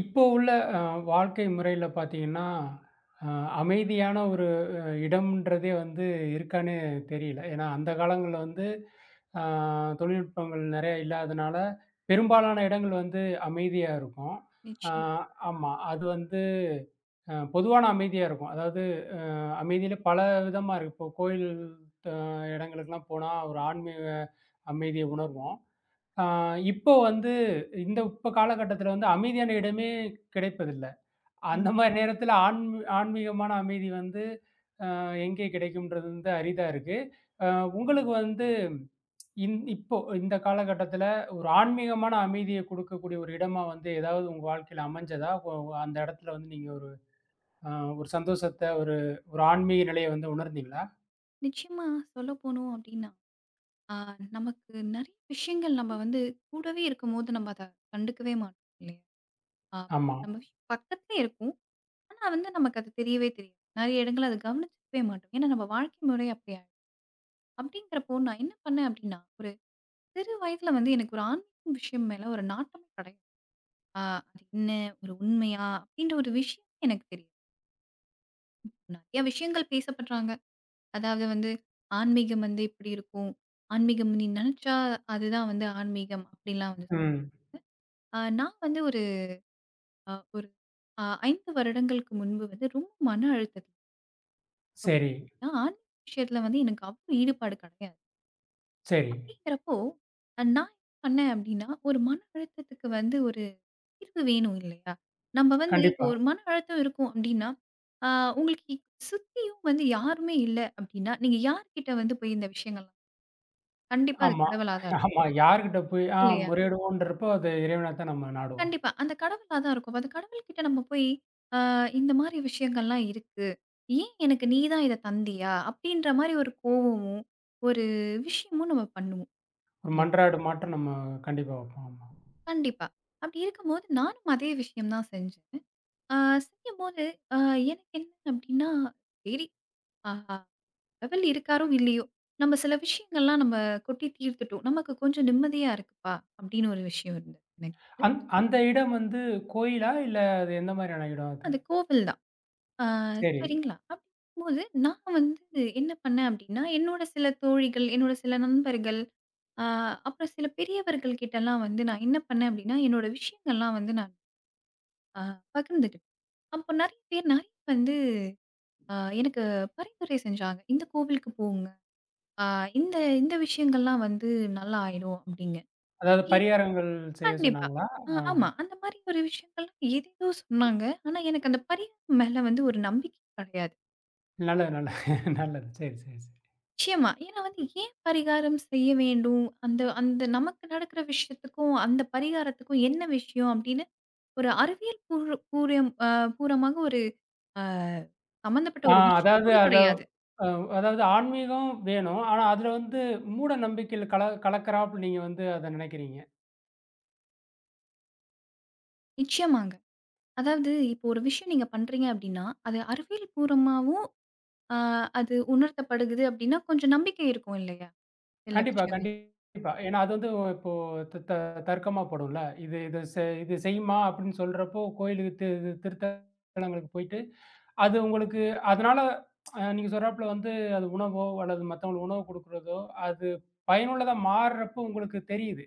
இப்போ உள்ள அ வாழ்க்கை முறையில பார்த்தீங்கன்னா, அ அமைதியான ஒரு இடம்ன்றதே வந்து இருக்கான்னே தெரியல. ஏன்னா, அந்த காலங்கள்ல வந்து அ தொழில்நுட்பங்கள் நெறைய இல்லாதனால, பெரும்பாலான இடங்கள் வந்து அமைதியா இருக்கும். அ நிச்சயம். ஆமா. அது வந்து பொதுவான அமைதியா இருக்கும். அதாவது அமைதியில பல விதமா இருக்கு. இப்போ கோயில் இடங்களுக்குலாம் போனா ஒரு ஆன்மீக அமைதிய உணர்வோம். அ இப்போ வந்து இந்த இப்ப காலகட்டத்தில வந்து அமைதியான இடமே கிடைப்பதில்ல. அந்த ம். மாரி நேரத்துல ஆன்மீகமான அமைதி வந்து எங்கே கிடைக்கும்ன்றது வந்து அரிதா இருக்கு. அ உங்களுக்கு வந்து இப்போ இந்த காலகட்டத்துல ஒரு ஆன்மீகமான அமைதிய குடுக்கக்கூடிய ஒரு இடமா வந்து ஏதாவது உங்க வாழ்க்கையில அமைஞ்சதா? ஒ ஒ அந்த இடத்துல வந்து நீங்க ஒரு அ ஒரு சந்தோஷத்த, ஒரு ஒரு ஆன்மீக நிலைய வந்து உணர்ந்தீங்களா? நிச்சயமா சொல்லப்போனோம் அப்டின்னா, ஆ நமக்கு நெறைய விஷயங்கள் நம்ம வந்து கூடவே இருக்கும்போது நம்ம அத கண்டுக்கவே மாட்டோம் இல்லையா? ஆ ஆமா. நம்ம பக்கத்திலே இருக்கும். ஆனா வந்து நமக்கு அது தெரியவே தெரியாது. நெறைய இடங்கள்ல அத கவனிச்சிருக்கவே மாட்டோம். ஏன்னா நம்ம வாழ்க்கை முறை அப்டி ஆயிடும். அப்டிங்கிறப்போ நான் என்ன பண்ணேன் அப்டின்னா, ஒரு சிறு வயதில வந்து எனக்கு ஒரு ஆன்மீகம் விஷயம் மேல ஒரு நாட்டமே கிடையாது. ஆ அது என்ன? ஒரு உண்மையா? அப்டின்ற ஒரு விஷயம் எனக்கு தெரியாது. நெறைய விஷயங்கள் பேசப்படுறாங்க. அதாவது வந்து ஆன்மீகம் வந்து இப்படி இருக்கும். ஆன்மீகம் நீ நினைச்சா அதுதான் வந்து ஆன்மீகம் அப்படிலாம் வந்து. ம். நான் வந்து ஒரு 5 வருடங்களுக்கு முன்பு வந்து ரொம்ப மன அழுத்தத்தில சரி, இருந்தேன். ஆன்மீக விஷயத்தில வந்து எனக்கு அவ்வளோ ஈடுபாடு கிடையாது. சரி. அப்படிங்கிறப்போ நான் என்ன பண்ணேன் அப்படின்னா, ஒரு மன அழுத்தத்துக்கு வந்து ஒரு தீர்வு வேணும் இல்லையா? நம்ம வந்து இப்போ கண்டிப்பா. ஒரு மன அழுத்தம் இருக்கும் அப்படின்னா, அ உங்களுக்கு சுத்தியும் வந்து யாருமே இல்ல அப்படின்னா, நீங்க யார்கிட்ட வந்து போய் இந்த விஷயங்கள்லாம் கண்டிப்பா அது ஆமா, கடவுளா தான் இருக்கும் ஆமா. யார்கிட்ட போய் இல்லையா? முறையிடுவோன்றப்போ அது இறைவன தான் நம்ம நாடுவோம். கண்டிப்பா. அந்த கடவுளா தான் இருக்கும். அது கடவுள்கிட்ட நம்ம போய், "அ இந்த மாரி விஷயங்கள்லாம் இருக்கு. ஏன் எனக்கு நீ தான் இத தந்தியா?" அப்படின்ற மாரி ஒரு கோவமும், ஒரு விஷயமும் நம்ம பண்ணுவோம். ஒரு இல்லையா? மன்றாடு மாற்றம் நம்ம கண்டிப்பா வைப்போம். ஆமா. கண்டிப்பா. அப்படி இருக்கும்போது நானும் அதே விஷயம் தான் செஞ்சேன். அ செய்யும்போது அ எனக்கு என்ன அப்படின்னா, சரி அ கடவுள் இருக்காரோ இல்லையோ, நம்ம சில விஷயங்கள்லாம் நம்ம கொட்டி தீர்த்துட்டோம். நமக்கு கொஞ்சம் நிம்மதியா இருக்குப்பா அப்படின்னு ஒரு விஷயம் இருந்தது எனக்கு. அந்த இடம் வந்து கோயிலா? இல்ல அது எந்த மாரியான இடம் அது? அது கோவில் தான். ஆ சரி. சரிங்களா! அப்படிங்கும்போது நான் வந்து என்ன பண்ணேன் அப்படின்னா, என்னோட சில தோழிகள், என்னோட சில நண்பர்கள், ஆ அப்புறம் சில பெரியவர்கள் கிட்டலாம் வந்து நான் என்ன பண்ணேன் அப்படின்னா, என்னோட விஷயங்கள்லாம் வந்து நான் அ பகிர்ந்துக்கிட்டேன். அப்போ நெறைய பேர் நெறைய வந்து அ எனக்கு பரிந்துரை செஞ்சாங்க. "இந்த கோவிலுக்கு போங்க. ஆ இந்த இந்த விஷயங்கள்லாம் வந்து நல்லா ஆயிடும்" அப்படிங்க. அதாவது எ பரிகாரங்கள் செய்ய கண்டிப்பா. சொன்னாங்களா? ஆ. ஆமா. அந்த மாரி ஒரு விஷயங்கள்லாம் ஏதேதோ சொன்னாங்க. ஆனா எனக்கு அந்த பரிகாரம் மேல வந்து ஒரு நம்பிக்கை கெடையாது. நல்லது, நல்லது. நல்லது. சரி, சரி, சரி. நிச்சயமா. ஏன்னா வந்து ஏன் பரிகாரம் செய்ய வேண்டும்? அந்த அந்த நமக்கு நடக்கிற விஷயத்துக்கும், அந்த பரிகாரத்துக்கும் என்ன விஷயம்? அப்படின்னு ஒரு அறிவியல் பூர்வ பூரியம் பூரமாக ஒரு அ சம்மந்தப்பட்ட ஆ ஒரு விஷயம் அதாவது கூட அத கிடையாது. அ அதாவது ஆன்மீகம் வேணும். ஆனா, அதுல வந்து மூட நம்பிக்கையில கலக்கறாப்புல நீங்க வந்து அத நெனைக்கிறீங்க. நிச்சயமாங்க. அதாவது இப்போ ஒரு விஷயம் நீங்க பண்றீங்க அப்படின்னா, அது அறிவியல் பூர்வமாவும் அ அது உணர்த்தப்படுகுது அப்படின்னா, கொஞ்சம் நம்பிக்கை இருக்கும் இல்லையா? சில கண்டிப்பா, விஷயங்கள். கண்டிப்பா. ஏன்னா, அது வந்து இப்போ த த தர்க்கமா படும்ல. இது இது செ இது செய்யுமா? அப்படின்னு சொல்றப்போ கோயிலுக்கு திருத்தலங்களுக்கு போயிட்டு அது உங்களுக்கு அதனால நீங்க சொல்றாப்புல வந்து அது உணவோ அல்லது மத்தவங்களுக்கு உணவு குடுக்குறதோ, அது பயனுள்ளதா மாறுறப்ப உங்களுக்கு தெரியுது.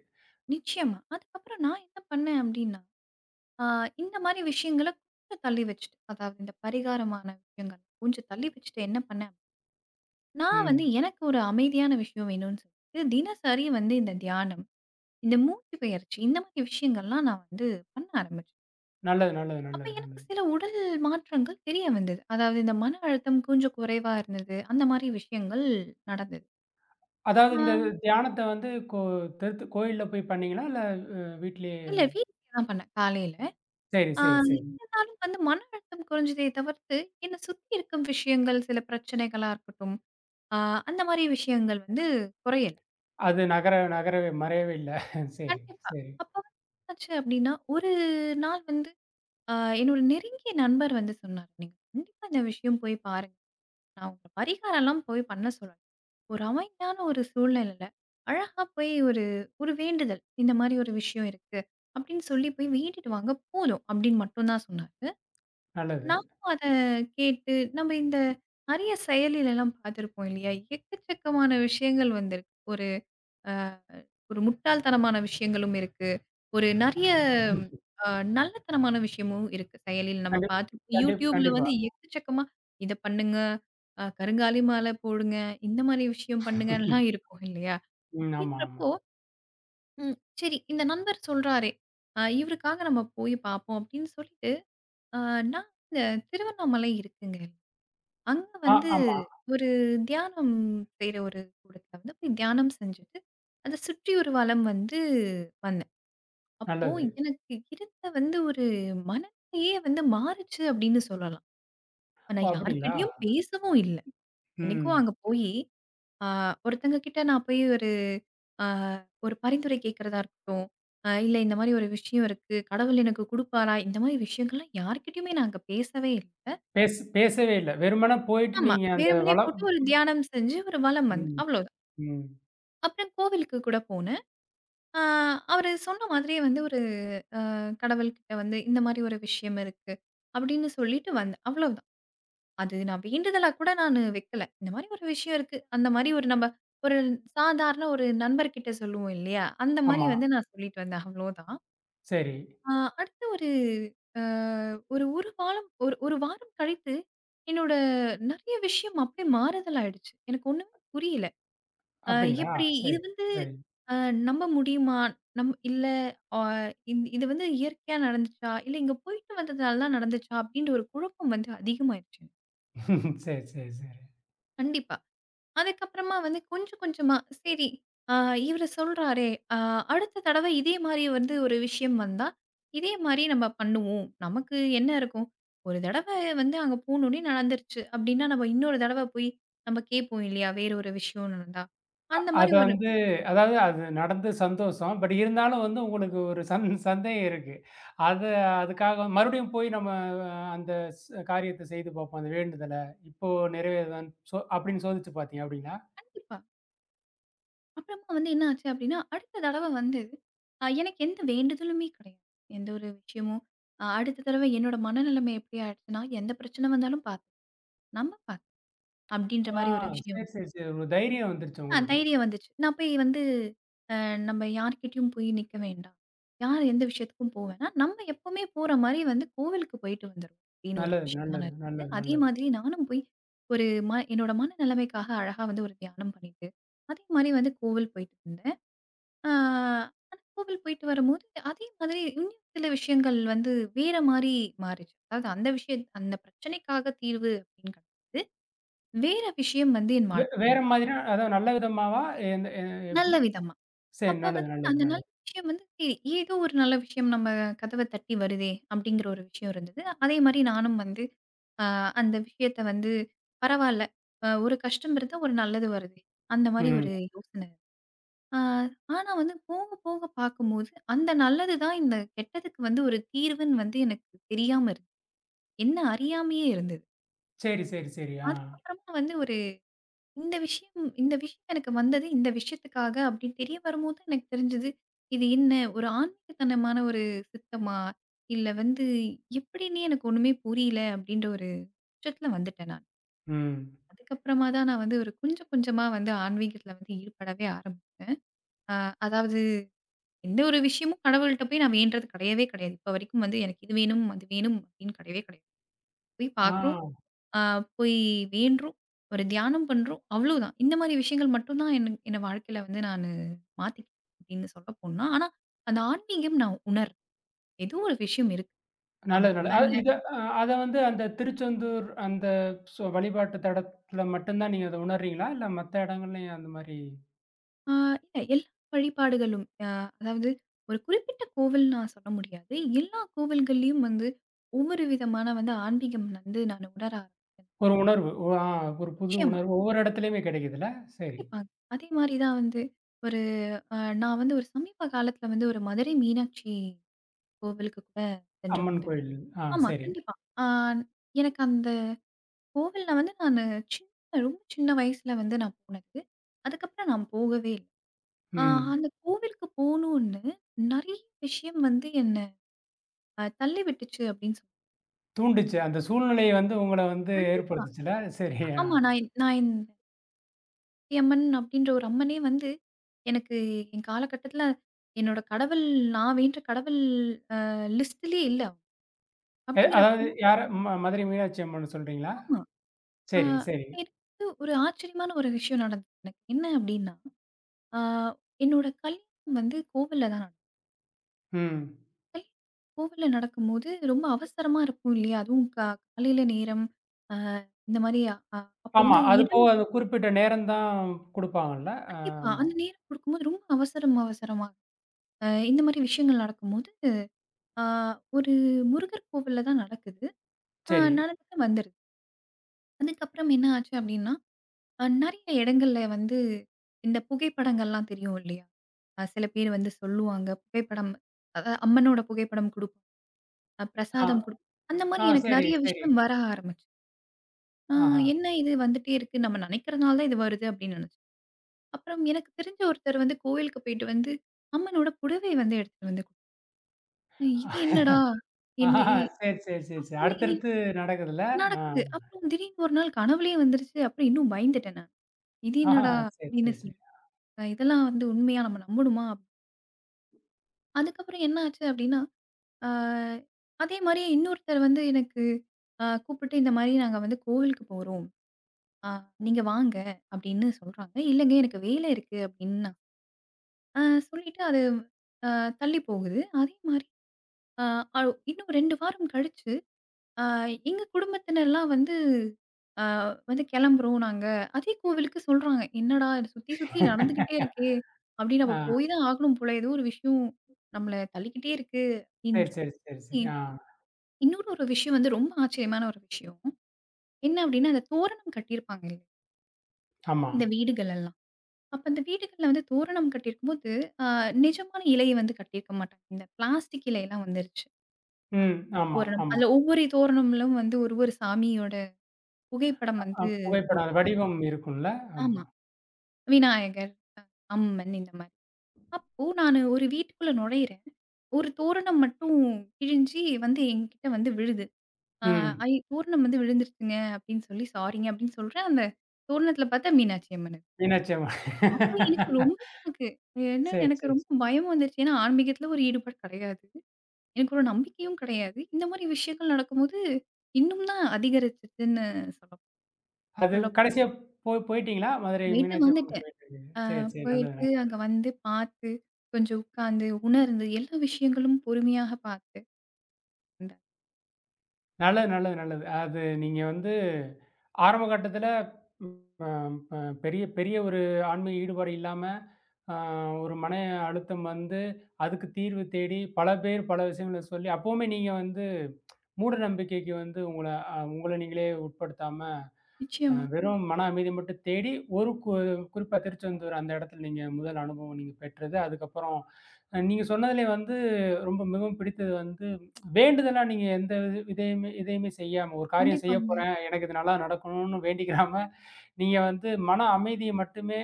நிச்சயமா. அதுக்கப்புறம் நான் என்ன பண்ணேன் அப்படின்னா ஆ இந்த மாரி விஷயங்கள கொஞ்சம் தள்ளி வச்சுட்டு, அதாவது இந்த பரிகாரமான விஷயங்கள் கொஞ்சம் தள்ளி வச்சுட்டு என்ன பண்ணேன், நான் வந்து ம். எனக்கு ஒரு அமைதியான விஷயம் வேணும்னு சொல்லிட்டு, தினசரி வந்து இந்த தியானம், இந்த மூச்சு பயிற்சி இந்த மாரி விஷயங்கள்லாம் நான் வந்து பண்ண ஆரம்பிச்சேன். நல்லது, நல்லது, அப்ப நல்லது, எனக்கு நல்லது. சில உடல் மாற்றங்கள் தெரிய வந்தது. அதாவது இந்த மன அழுத்தம் கொஞ்சம் குறைவா இருந்தது. அந்த மாரி விஷயங்கள் நடந்தது. அதாவது ஆ இந்த தியானத்த வந்து தெருத்து கோயில்ல போய் பண்ணீங்களா? இல்ல வீட்லயே இல்ல வீட்ல தான் பண்ணேன் காலையில. சரி, ஆ சரி, சரி. இருந்தாலும் வந்து மன அழுத்தம் குறைஞ்சதே தவிர்த்து, என்ன சுத்தி இருக்கும் விஷயங்கள் சில பிரச்சனைகளா இருக்கட்டும், ஆ அந்த மாரி விஷயங்கள் வந்து குறையல. அது நகர நகரவே மறையவே இல்ல. சரி, கண்டிப்பா. சரி. அப்ப வந்து என்னாச்சு அப்டின்னா, ஒரு நாள் வந்து அ என்னோட நெருங்கிய நண்பர் வந்து சொன்னாரு. "நீங்க கண்டிப்பா இந்த விஷயம் போய் பாருங்க. நான் உங்கள பரிகாரம்லாம் போய் பண்ண சொல்லல. ஒரு அமைதியான ஒரு சூழ்நிலையில, அழகா போய் ஒரு ஒரு வேண்டுதல். இந்த மாரி ஒரு விஷயம் இருக்கு. அப்டின்னு சொல்லி போய் வேண்டிட்டு வாங்க போதும்." அப்டின்னு மட்டும் தான் சொன்னாரு. நல்லது. நானும் அத கேட்டு நம்ம இந்த நெறைய செயலிலலாம் பார்த்துருப்போம் இல்லையா? எக்கச்சக்கமான விஷயங்கள் வந்திருக்கு. ஒரு ஒரு முட்டாள்தனமான விஷயங்களும் இருக்கு. ஒரு நெறைய அ நல்லத்தனமான விஷயமும் இருக்கு. செயலில் நம்ம கண்டிப் பார்த்துருப்போம். கண்டிப் YouTubeல கண்டிப்பா. வந்து எக்கச்சக்கமா இத பண்ணுங்க, கருங்காலி மாலை போடுங்க, இந்த மாரி விஷயம் பண்ணுங்கலாம் இருக்கும் இல்லையா? ம். ஆமா, ஆமா. அப்படின்றப்போ, ம் சரி இந்த நண்பர் சொல்றாரே, இவருக்காக நம்ம போய் பார்ப்போம் அப்படின்னு சொல்லிட்டு, அ நான் இந்த திருவண்ணாமலை இருக்குங்க. அங்க ஆ, வந்து ஆமா. ஒரு தியானம் செய்ற ஒரு கூடத்துல வந்து போய் தியானம் செஞ்சுட்டு, அத சுற்றி ஒரு வலம் வந்து வந்தேன். அப்போ நல்லது. எனக்கு இருந்த வந்து ஒரு மனநிலையே வந்து மாறுச்சு அப்படின்னு சொல்லலாம். இப்ப ஓ! நான் அப்படிங்களா? யார்கிட்டயும் பேசவும் இல்ல. இத்தனைக்கும் ம். அங்க போயி, ஆ ஒருத்தங்க கிட்ட நான் போய் ஆ ஒரு பரிந்துரை கேட்கிறதா இருக்கட்டும், இல்ல இந்த மாரி ஒரு விஷயம் இருக்கு. கடவுள் எனக்கு குடுப்பாரா? இந்த மாரி விஷயங்கள்லாம் யார்கிட்டயுமே நான் அங்க பேசவே இல்ல. பேச பேசவே இல்ல. வெறுமனே போயிட்டு ஆமா. நீங்க அந்த வெறுமனே போட்டு ஒரு தியானம் செஞ்சு ஒரு வலம் வந்தேன். ம். அவ்வளோதான். ம். அப்புறம் கோவிலுக்கு கூட போனேன். ஆ அவரு சொன்ன மாதிரியே வந்து ஒரு கடவுள்கிட்ட வந்து இந்த மாரி ஒரு விஷயம் இருக்கு. அப்படின்னு சொல்லிட்டு வந்தேன். அவ்வளவுதான். அது நான் வேண்டுதலா கூட நானு வைக்கல. இந்த மாரி ஒரு விஷயம் இருக்கு. அந்த மாரி ஒரு நம்ம ஒரு சாதாரண ஒரு நண்பர்கிட்ட சொல்லுவோம் இல்லையா? அந்த மாரி ஆமா. வந்து நான் சொல்லிட்டு வந்தேன். அவ்வளோதான். சரி. ஆ அடுத்து ஒரு அ ஒரு 1 வாரம் ஒரு 1 வாரம் கழித்து, என்னோட நெறைய விஷயம் அப்படியே மாறுதல் ஆயிடுச்சு. எனக்கு ஒண்ணுமே புரியல. அ அப்டிங்களா? எப்படி? சரி, இது வந்து சரி. அ நம்ப முடியுமா? இல்ல அ இது வந்து இயற்கையா நடந்துச்சா? இல்ல இங்க போயிட்டு வந்ததால தான் நடந்துச்சா? அப்படின்ற ஒரு குழப்பம் வந்து அதிகமாயிருச்சு. சரி, சரி, சரி. கண்டிப்பா. அதுக்கப்புறமா வந்து கொஞ்சம் கொஞ்சமா சரி அ இவரு சொல்றாரே, அ அடுத்த தடவ இதே மாரி வந்து ஒரு விஷயம் வந்தா, இதே மாரி நம்ம பண்ணுவோம். நமக்கு என்ன இருக்கும்? ஒரு தடவ வந்து அங்க போனோனே நடந்துருச்சு அப்படின்னா, நம்ம இன்னொரு தடவ போய் நம்ம கேட்போம் இல்லையா? வேற ஒரு விஷயம் நடந்தா. அந்த மாரி அது ஒரு வந்து அதாவது அது நடந்து சந்தோஷம். பட் இருந்தாலும் வந்து உங்களுக்கு ஒரு சந்தேகம் இருக்கு. அது அதுக்காக மறுபடியும் போய் நம்ம அந்த காரியத்த செய்து பார்ப்போம். அந்த வேண்டுதல இப்போ நிறைவேறுதான்னு அப்டின்னு சோதிச்சு பார்த்தீங்க அப்டிங்களா? கண்டிப்பா. அப்புறமா வந்து என்ன ஆச்சு அப்டின்னா, அடுத்த தடவ வந்து எனக்கு எந்த வேண்டுதலுமே கிடையாது. எந்த ஒரு விஷயமும் அடுத்த தடவ என்னோட மனநிலைமை எப்டி ஆயிடுச்சுன்னா, எந்த பிரச்சனை வந்தாலும் பாத்து நம்ம பாத்து அப்டின்ற ஆ மாரி ஒரு விஷயம் சரி, வந்து சரி, சரி. ஒரு தைரியம் வந்துருச்சு உங்களுக்கு. தைரியம் வந்துச்சு. நான் போய் வந்து அ நம்ம யார்கிட்டயும் போய் நிக்க வேண்டாம். யார் எந்த விஷயத்துக்கும் போ வேணா. நம்ம எப்பவுமே போற மாரி வந்து கோவிலுக்கு போயிட்டு வந்துருவோம் அப்டின்னு ஒரு நல்லது, விஷயம் தான் நல்லது, இருந்தது. நல்லது, அதே நல்லது. மாதிரி நானும் போய் ஒரு என்னோட மனநிலைமைக்காக அழகா வந்து ஒரு தியானம் பண்ணிட்டு, அதே மாரி வந்து கோவில் போயிட்டு வந்தேன். ஆ அந்த கோவில் போயிட்டு வரும்போது, அதே மாதிரி இன்னும் சில விஷயங்கள் வந்து வேற மாரி மாறிச்சு. அதாவது அந்த விஷயம் அந்த பிரச்சனைக்காக தீர்வு அப்படின்னு கிடையாது. வேற விஷயம் வந்து என் வாழ்க்கையில வேற மாறுச்சு. மாதிரியா அதாவது நல்ல விதமாவா? எந்த எ எப்டி? நல்ல விதமா. சரி அப்ப நல்லது, வந்து நல்லது, அந்த நல்ல நல்லது. விஷயம் வந்து சரி ஏதோ ஒரு நல்ல விஷயம் நம்ம கதவ தட்டி வருதே அப்படிங்கிற ஒரு விஷயம் இருந்தது. அதே மாரி நானும் வந்து அ அந்த விஷயத்த வந்து பரவால்ல. ஒரு கஷ்டம் இருந்தா ஒரு நல்லது வருதே. அந்த மாரி ம். ஒரு யோசனை. ஆ, ஆனா வந்து போக போக பார்க்கும்போது, அந்த நல்லது தான் இந்த கெட்டதுக்கு வந்து ஒரு தீர்வுன்னு வந்து எனக்கு தெரியாம இருந்தது. என்ன அறியாமயே இருந்தது. சரி, சரி, சரி. ஆ. அதுக்கப்புறமா வந்து ஒரு இந்த விஷயம் எனக்கு வந்தது இந்த விஷயத்துக்காக அப்படின்னு தெரிய வரும்போது எனக்கு தெரிஞ்சது, இது என்ன ஒரு ஆன்மீகத்தனமான ஒரு சித்தமா? இல்ல வந்து எப்படின்னே எனக்கு ஒண்ணுமே புரியல அப்படின்ற ஒரு உச்சத்துல வந்துட்டேன் நான். ம். அதுக்கப்புறமா தான் நான் வந்து ஒரு கொஞ்சம் கொஞ்சமா வந்து ஆன்மீகத்துல வந்து ஈடுபடவே ஆரம்பிச்சேன். அ அதாவது எந்த ஒரு விஷயமும் கடவுள்ட்ட போய் நான் வேண்றது கிடையவே கிடையாது. இப்ப வரைக்கும் வந்து எனக்கு இது வேணும், அது வேணும் அப்படின்னு கிடையவே கிடையாது. போய் ஆ. பார்க்குறோம், அ போய் வேண்டுறோம், ஒரு தியானம் பண்றோம், அவ்வளோதான். இந்த மாரி விஷயங்கள் மட்டும் தான் என் என்ன வாழ்க்கையில வந்து நானு மாத்திக்கிட்டேன் அப்படின்னு சொல்ல போனா. ஆனா, அந்த ஆன்மீகம் நான் உணர்றேன். ஏதோ ஒரு விஷயம் இருக்கு நல்லது, நமக்கு நல்லது. அது மேல. இத அ அத வந்து அந்த திருச்செந்தூர் அந்த வழிபாட்டு தடத்துல மட்டும் தான் நீங்க அத உணர்றீங்களா? இல்ல மத்த இடங்கள்லயும் அந்த மாரி ஆ இல்ல எல்லா வழிபாடுகளும் அதாவது ஒரு குறிப்பிட்ட கோவில் நான் சொல்ல முடியாது. எல்லா கோவில்கள்லயும் வந்து ஒவ்வொரு விதமான வந்து ஆன்மீகம் வந்து நான் உணர ஒரு உணர்வு. ஓ ஆ ஒரு புது ஆரம்பிச்சேன். உணர்வு ஒவ்வொரு இடத்துலயுமே கிடைக்குதுல்ல? சரி. கண்டிப்பா. அதே மாரி தான் வந்து ஒரு அ நான் வந்து ஒரு சமீப காலத்துல வந்து ஒரு மதுரை மீனாட்சி கோவிலுக்கு கூட சென்று அம்மன் வந்தேன். கோயில். ஆ ஆமா, சரி. கண்டிப்பா. ஆ எனக்கு அந்த கோவில்ல வந்து நானு சின்ன ரொம்ப சின்ன வயசுல வந்து நான் போனது. அதுக்கப்புறம் நான் போகவே இல்ல. ஆ ம். அந்த கோவிலுக்கு போணும்னு நெறைய விஷயம் வந்து என்ன தள்ளி விட்டுச்சு அப்படின்னு தூண்டுச்சு. அந்த சூழ்நிலை வந்து உங்கள வந்து கண்டிப்பா. ஏற்படுத்துச்சுல்ல? சரி. ஆ. ஆமா நான் நான் அம்மன் அப்படின்ற ஒரு அம்மனே வந்து, எனக்கு என் காலகட்டத்தில என்னோட கடவுள் நான் வேண்டுற கடவுள் அ லிஸ்ட்லயே இல்ல. அதாவது அப்படிங்கிறப்போ மதுரை மீனாட்சி அம்மன்னு சொல்றீங்களா? ஆமா. அ சரி, சரி. எனக்கு வந்து ஒரு ஆச்சரியமான ஒரு விஷயம் நடந்தது எனக்கு. என்ன அப்படின்னா, ஆ என்னோட கல்யாணம் வந்து கோவில்ல தான் நடக்கும். ம். கல்யாணம் கோவில்ல நடக்கும்போது ரொம்ப அவசரமா இருக்கும் இல்லையா? அதுவும் காலையில நேரம். அ இந்த மாரி அப்போ ஆமா. வந்து அது போக இடம் அது குறிப்பிட்ட நேரம் தான் குடுப்பாங்கல்ல? கண்டிப்பா. ஆமா. அந்த நேரம் கொடுக்கும்போது ரொம்ப அவசரம் அவசரமா. இந்த மாரி விஷயங்கள் நடக்கும்போது ஆ ஒரு முருகர் கோவில்ல தான் நடக்குது. சரி. நடந்துட்டு வந்துருது. அதுக்கப்புறம் என்ன ஆச்சு அப்டின்னா, நெறைய இடங்கள்ல வந்து இந்த புகைப்படங்கள்லாம் தெரியும் இல்லையா? சில பேர் வந்து சொல்லுவாங்க, புகைப்படம் அதாவது அம்மனோட புகைப்படம் குடுப்போம். ஆ, பிரசாதம் குடுப்போம். அந்த ஆ மாரி எனக்கு சரி, நெறைய சரி. விஷயம் வர ஆரம்பிச்சு. ஆ ஆஹா. என்ன இது வந்துட்டே இருக்கு. நம்ம நெனைக்கிறனால தான் இது வருது அப்டின்னு நெனச்சேன். அப்புறம் எனக்கு தெரிஞ்ச ஒருத்தர் வந்து கோவிலுக்கு போயிட்டு வந்து அம்மனோட புடவை வந்து எடுத்துட்டு வந்து குடுத்தாங்க. இது என்னடா? என்ன ஆஹா. சரி, சரி, சரி, சரி. அப்டின்னு அடுத்தடுத்து நடக்குதுல்ல? ஆ. நடக்குது. அப்புறம் திடீர்னு ஒரு நாள் கனவுலயே வந்துருச்சு. அப்புறம் இன்னும் பயந்துட்டேன் நான். இது ஆஹா. என்னடா? சரி, சரி, அப்படின்னு சரி. சொல்லி. இதெல்லாம் வந்து உண்மையா நம்ம நம்பணுமா? அதுக்கப்புறம் என்ன ஆச்சு அப்படின்னா, அ அதே மாரியே இன்னொருத்தர் வந்து எனக்கு கூப்பிட்டு இந்த மாரி நாங்க வந்து கோவிலுக்கு போறோம். அ நீங்க வாங்க அப்படின்னு சொல்றாங்க. இல்லைங்க எனக்கு வேலை இருக்கு அப்படின்னு நான் அ சொல்லிட்டு அது அ தள்ளி போகுது. அதே மாரி அ அ இன்னும் 2 வாரம் கழிச்சு ஆ எங்க குடும்பத்தினர்லாம் வந்து ஆ வந்து கிளம்புறோம் நாங்க. அதே கோவிலுக்கு சொல்றாங்க. "என்னடா இது சுத்தி சுத்தி நடந்துகிட்டே இருக்கே! அப்படி நம்ம ஆ. போய் தான் ஆகணும் போல. ஏதோ ஒரு விஷயம் நம்மள தள்ளிக்கிட்டே இருக்கு." சரி, அப்படின்ற சரி, சரி, சரி. மாதிரி. ஆ. இன்னொரு ஒரு விஷயம் வந்து ரொம்ப ஆச்சரியமான ஒரு விஷயம். என்ன அப்படின்னா, அந்த தோரணம் கட்டியிருப்பாங்க இல்ல, ஆமா. இந்த வீடுகள் எல்லாம். அப்ப அந்த வீடுகள்ல வந்து தோரணம் கட்டியிருக்கும்போது, ஆ நிஜமான இலைய வந்து கட்டியிருக்க மாட்டாங்க. இந்த பிளாஸ்டிக் இலையெல்லாம் வந்துருச்சு. அ ம். ஆமா, தோரணம். ஆமா. அதுல ஒவ்வொரு தோரணம்லும் வந்து ஒரு ஒரு சாமியோட புகைப்படம் வந்து புகைப்படம் போட்டிருப்பாங்க. வடிவம் இருக்கும்ல? ஆமா. ஆமா. விநாயகர், அம்மன் இந்த மாரி. அப்போ நானு ஒரு வீட்டுக்குள்ள நுழையிறேன். ஒரு தோரணம் மட்டும் கிழிஞ்சி வந்து என்கிட்ட வந்து விழுது. அ ம். "ஐ தோரணம் வந்து விழுந்துருச்சுங்க" அப்படின்னு சொல்லி, "சாரிங்க" அப்படின்னு சொல்றேன். அந்த தோரணத்தில பார்த்தா மீனாட்சி அம்மன் இருக்கு. மீனாட்சி அம்மன். அப்போ எனக்கு ரொம்ப ஷாக்கு. ஏன்னா சரி, சரி, எனக்கு சரி. ரொம்ப பயமும் வந்துருச்சு. ஏன்னா ஆன்மீகத்தில ஒரு ஈடுபாடு கிடையாது. எனக்கு ஒரு நம்பிக்கையும் கிடையாது. இந்த மாரி விஷயங்கள் நடக்கும்போது, இன்னும் தான் அதிகரிச்சுச்சுன்னு சொல்லப் அது சொல்லப் போனா. கடைசியா போய் போயிட்டீங்களா? மதுரை போயிட்டு மீனாட்சி அம்மன் வந்துட்டேன். போயிட்டு. இருக்கீங்க. சரி, சரி. நல்லது, போயிட்டு நல்லது. அங்க வந்து பார்த்து, கொஞ்சம் உட்கார்ந்து, உணர்ந்து, எல்லா விஷயங்களும் பொறுமையாக பார்த்து வந்தார். நல்லது, நல்லது, நல்லது. அது நீங்க வந்து ஆரம்ப கட்டத்தில ம் அ பெரிய பெரிய ஒரு ஆன்மீக ஈடுபாடு இல்லாம, அ ஒரு மன அழுத்தம் வந்து, அதுக்கு தீர்வு தேடி பல பேர் பல விஷயங்கள சொல்லி அப்பவுமே நீங்க வந்து மூட நம்பிக்கைக்கு வந்து உங்கள நீங்களே உட்படுத்தாம, நிச்சயமா. வெறும் மன அமைதி மட்டும் தேடி ஒரு குறிப்பா திருச்செந்தூர் அந்த இடத்துல நீங்க முதல் அனுபவம் நீங்க பெற்றது. அதுக்கப்புறம் நீங்க சொன்னதிலே வந்து ரொம்ப மிகவும் பிடித்தது வந்து வேண்டுதலா நீங்க எந்த இது இதையுமே இதையுமே செய்யாம, ஒரு காரியம் செய்ய கண்டிப்பாங்க. போறேன், எனக்கு இது நல்லா நடக்கணும்னு வேண்டிக்கிறாம நீங்க வந்து மன அமைதிய மட்டுமே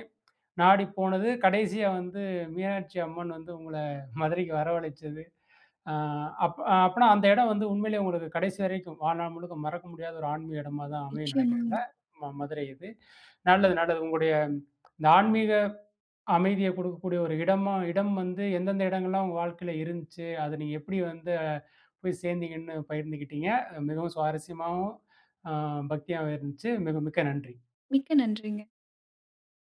நாடி போனது, கடைசியா வந்து மீனாட்சி அம்மன் வந்து உங்கள மதுரைக்கு வரவழைச்சது. அ அப் அப்பனா அந்த இடம் வந்து உண்மையிலேயே உங்களுக்கு கடைசி வரைக்கும் வாழ்நாள் முழுக்க மறக்க முடியாத ஒரு ஆன்மீக இடமா தான் அமையும்னு நிச்சயமாங்க. நெனைக்கிறேன்ல. மதுரை இது. நல்லது, நல்லது. உங்களுடைய இந்த ஆன்மீக அமைதிய குடுக்கக்கூடிய ஒரு இடம் வந்து எந்தெந்த இடங்கள்லாம் உங்க வாழ்க்கையில இருந்துச்சு, அத நீங்க எப்படி வந்து போய் சேர்ந்தீங்கன்னு பகிர்ந்துக்கிட்டீங்க. மிகவும் சுவாரஸ்யமாவும், அ பக்தியாவும் இருந்துச்சு. மிக மிக்க நன்றி. மிக்க நன்றிங்க.